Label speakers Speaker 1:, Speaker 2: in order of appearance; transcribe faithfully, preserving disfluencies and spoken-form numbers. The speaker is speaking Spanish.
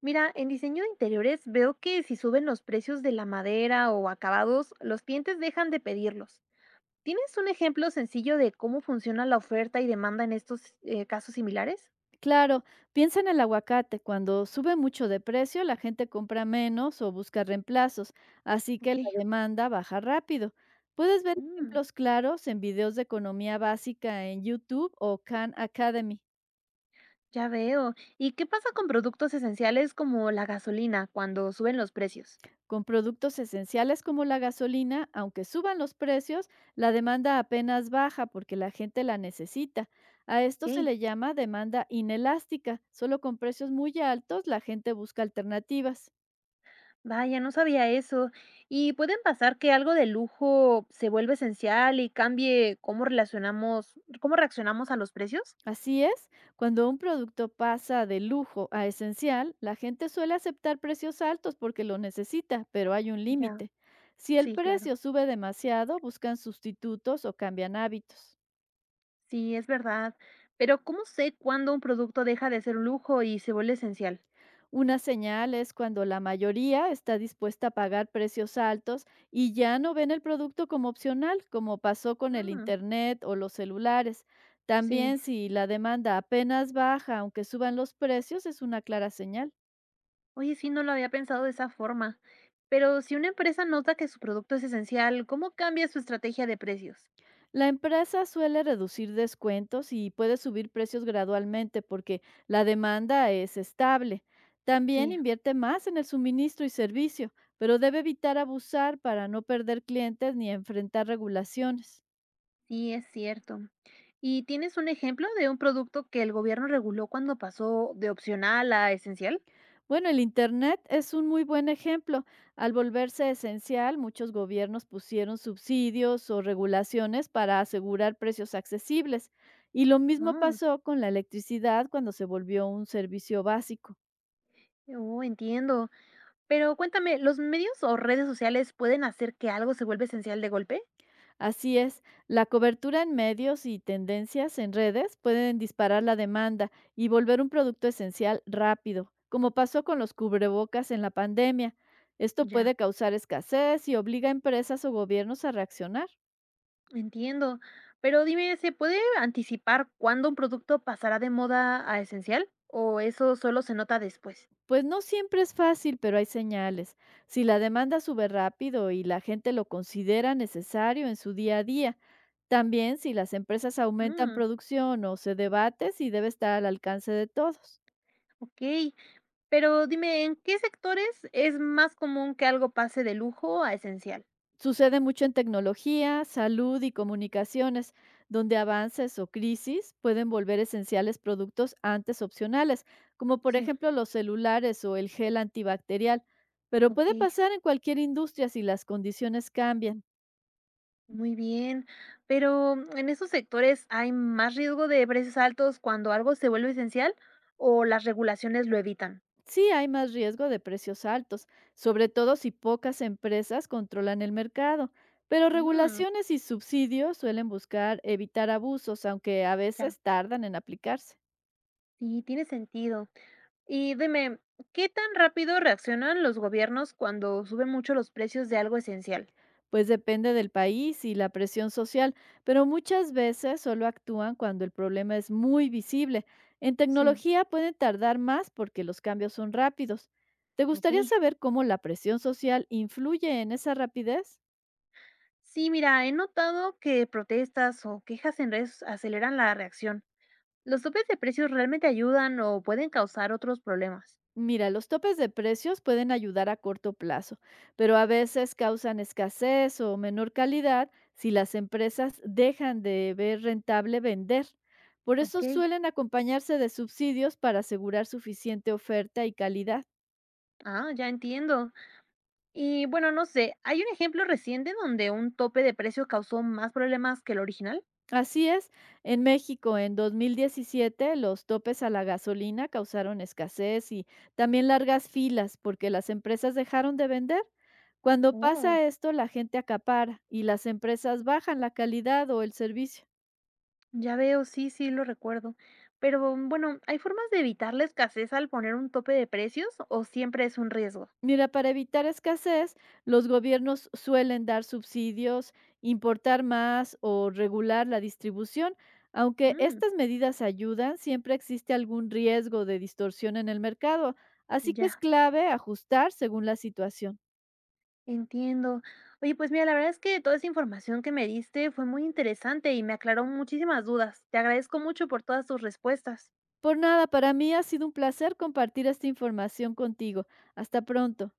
Speaker 1: Mira, en diseño de interiores veo que si suben los precios de la madera o acabados, los clientes dejan de pedirlos. ¿Tienes un ejemplo sencillo de cómo funciona la oferta y demanda en estos eh, casos similares?
Speaker 2: Claro, piensa en el aguacate. Cuando sube mucho de precio, la gente compra menos o busca reemplazos, así que
Speaker 1: Ok,
Speaker 2: la demanda baja rápido. Puedes ver
Speaker 1: mm,
Speaker 2: ejemplos claros en videos de economía básica en YouTube o Khan Academy.
Speaker 1: ya veo. ¿Y qué pasa con productos esenciales como la gasolina cuando suben los precios?
Speaker 2: Con productos esenciales como la gasolina, aunque suban los precios, la demanda apenas baja porque la gente la necesita. A esto se
Speaker 1: Ok,
Speaker 2: le llama demanda inelástica. Solo con precios muy altos la gente busca alternativas.
Speaker 1: vaya, no sabía eso. ¿Y pueden pasar que algo de lujo se vuelve esencial y cambie cómo relacionamos, cómo reaccionamos a los precios?
Speaker 2: Así es, cuando un producto pasa de lujo a esencial, la gente suele aceptar precios altos porque lo necesita, pero hay un
Speaker 1: Ya,
Speaker 2: límite. Si el
Speaker 1: sí, claro.
Speaker 2: precio sube demasiado, buscan sustitutos o cambian hábitos.
Speaker 1: Sí, es verdad. Pero ¿cómo sé cuándo un producto deja de ser un lujo y se vuelve esencial?
Speaker 2: Una señal es cuando la mayoría está dispuesta a pagar precios altos y ya no ven el producto como opcional, como pasó con el
Speaker 1: Mm,
Speaker 2: Internet o los celulares.
Speaker 1: sí.
Speaker 2: También si la demanda apenas baja, aunque suban los precios, es una clara señal.
Speaker 1: Oye, sí, no lo había pensado de esa forma. Pero si una empresa nota que su producto es esencial, ¿cómo cambia su estrategia de precios?
Speaker 2: La empresa suele reducir descuentos y puede subir precios gradualmente porque la demanda es estable. También
Speaker 1: Sí,
Speaker 2: invierte más en el suministro y servicio, pero debe evitar abusar para no perder clientes ni enfrentar regulaciones.
Speaker 1: sí, es cierto. ¿Y tienes un ejemplo de un producto que el gobierno reguló cuando pasó de opcional a esencial?
Speaker 2: Bueno, el Internet es un muy buen ejemplo. Al volverse esencial, muchos gobiernos pusieron subsidios o regulaciones para asegurar precios accesibles. Y lo mismo
Speaker 1: Ah,
Speaker 2: pasó con la electricidad cuando se volvió un servicio básico.
Speaker 1: oh, entiendo. Pero cuéntame, ¿los medios o redes sociales pueden hacer que algo se vuelva esencial de golpe?
Speaker 2: Así es, la cobertura en medios y tendencias en redes pueden disparar la demanda y volver un producto esencial rápido, como pasó con los cubrebocas en la pandemia. Esto
Speaker 1: Ya.
Speaker 2: puede causar escasez y obliga a empresas o gobiernos a reaccionar.
Speaker 1: Entiendo. Pero dime, ¿se puede anticipar cuándo un producto pasará de moda a esencial? ¿O eso solo se nota después?
Speaker 2: Pues no siempre es fácil, pero hay señales. Si la demanda sube rápido y la gente lo considera necesario en su día a día, también si las empresas aumentan
Speaker 1: Mm,
Speaker 2: producción o se debate si debe estar al alcance de todos.
Speaker 1: ok. Pero dime, ¿en qué sectores es más común que algo pase de lujo a esencial?
Speaker 2: Sucede mucho en tecnología, salud y comunicaciones, donde avances o crisis pueden volver esenciales productos antes opcionales, como por
Speaker 1: Sí.
Speaker 2: ejemplo los celulares o el gel antibacterial, pero
Speaker 1: Ok,
Speaker 2: puede pasar en cualquier industria si las condiciones cambian.
Speaker 1: muy bien. Pero mm, ¿en esos sectores hay más riesgo de precios altos cuando algo se vuelve esencial o las regulaciones lo evitan?
Speaker 2: Sí hay más riesgo de precios altos, sobre todo si pocas empresas controlan el mercado, pero
Speaker 1: Mm,
Speaker 2: regulaciones y subsidios suelen buscar evitar abusos, aunque a
Speaker 1: ya.
Speaker 2: veces tardan en aplicarse.
Speaker 1: Sí, tiene sentido. Y dime, ¿qué tan rápido reaccionan los gobiernos cuando suben mucho los precios de algo esencial?
Speaker 2: Pues depende del país y la presión social, pero muchas veces solo actúan cuando el problema es muy visible. En
Speaker 1: Sí,
Speaker 2: tecnología pueden tardar más porque los cambios son rápidos. ¿Te
Speaker 1: ok.
Speaker 2: gustaría saber cómo la presión social influye en esa rapidez?
Speaker 1: Sí, mira, he notado que protestas o quejas en redes aceleran la reacción. ¿Los topes de precios realmente ayudan o pueden causar otros problemas?
Speaker 2: Mira, los topes de precios pueden ayudar a corto plazo, pero a veces causan escasez o menor calidad si las empresas dejan de ver rentable vender. Por
Speaker 1: Ok,
Speaker 2: eso suelen acompañarse de subsidios para asegurar suficiente oferta y calidad.
Speaker 1: ah, ya entiendo. Y bueno, no sé, ¿hay un ejemplo reciente donde un tope de precio causó más problemas que el original?
Speaker 2: Así es, en México en dos mil diecisiete los topes a la gasolina causaron escasez y también largas filas porque las empresas dejaron de vender. Cuando
Speaker 1: Oh.
Speaker 2: pasa esto, la gente acapara y las empresas bajan la calidad o el servicio.
Speaker 1: Ya veo, sí, sí, lo recuerdo. Pero bueno, ¿hay formas de evitar la escasez al poner un tope de precios o siempre es un riesgo?
Speaker 2: Mira, para evitar escasez, los gobiernos suelen dar subsidios, importar más o regular la distribución. Aunque
Speaker 1: Mm,
Speaker 2: estas medidas ayudan, siempre existe algún riesgo de distorsión en el mercado, así que es
Speaker 1: ya,
Speaker 2: clave ajustar según la situación.
Speaker 1: entiendo. Oye, pues mira, la verdad es que toda esa información que me diste fue muy interesante y me aclaró muchísimas dudas. Te agradezco mucho por todas tus respuestas.
Speaker 2: Por nada, para mí ha sido un placer compartir esta información contigo. Hasta pronto.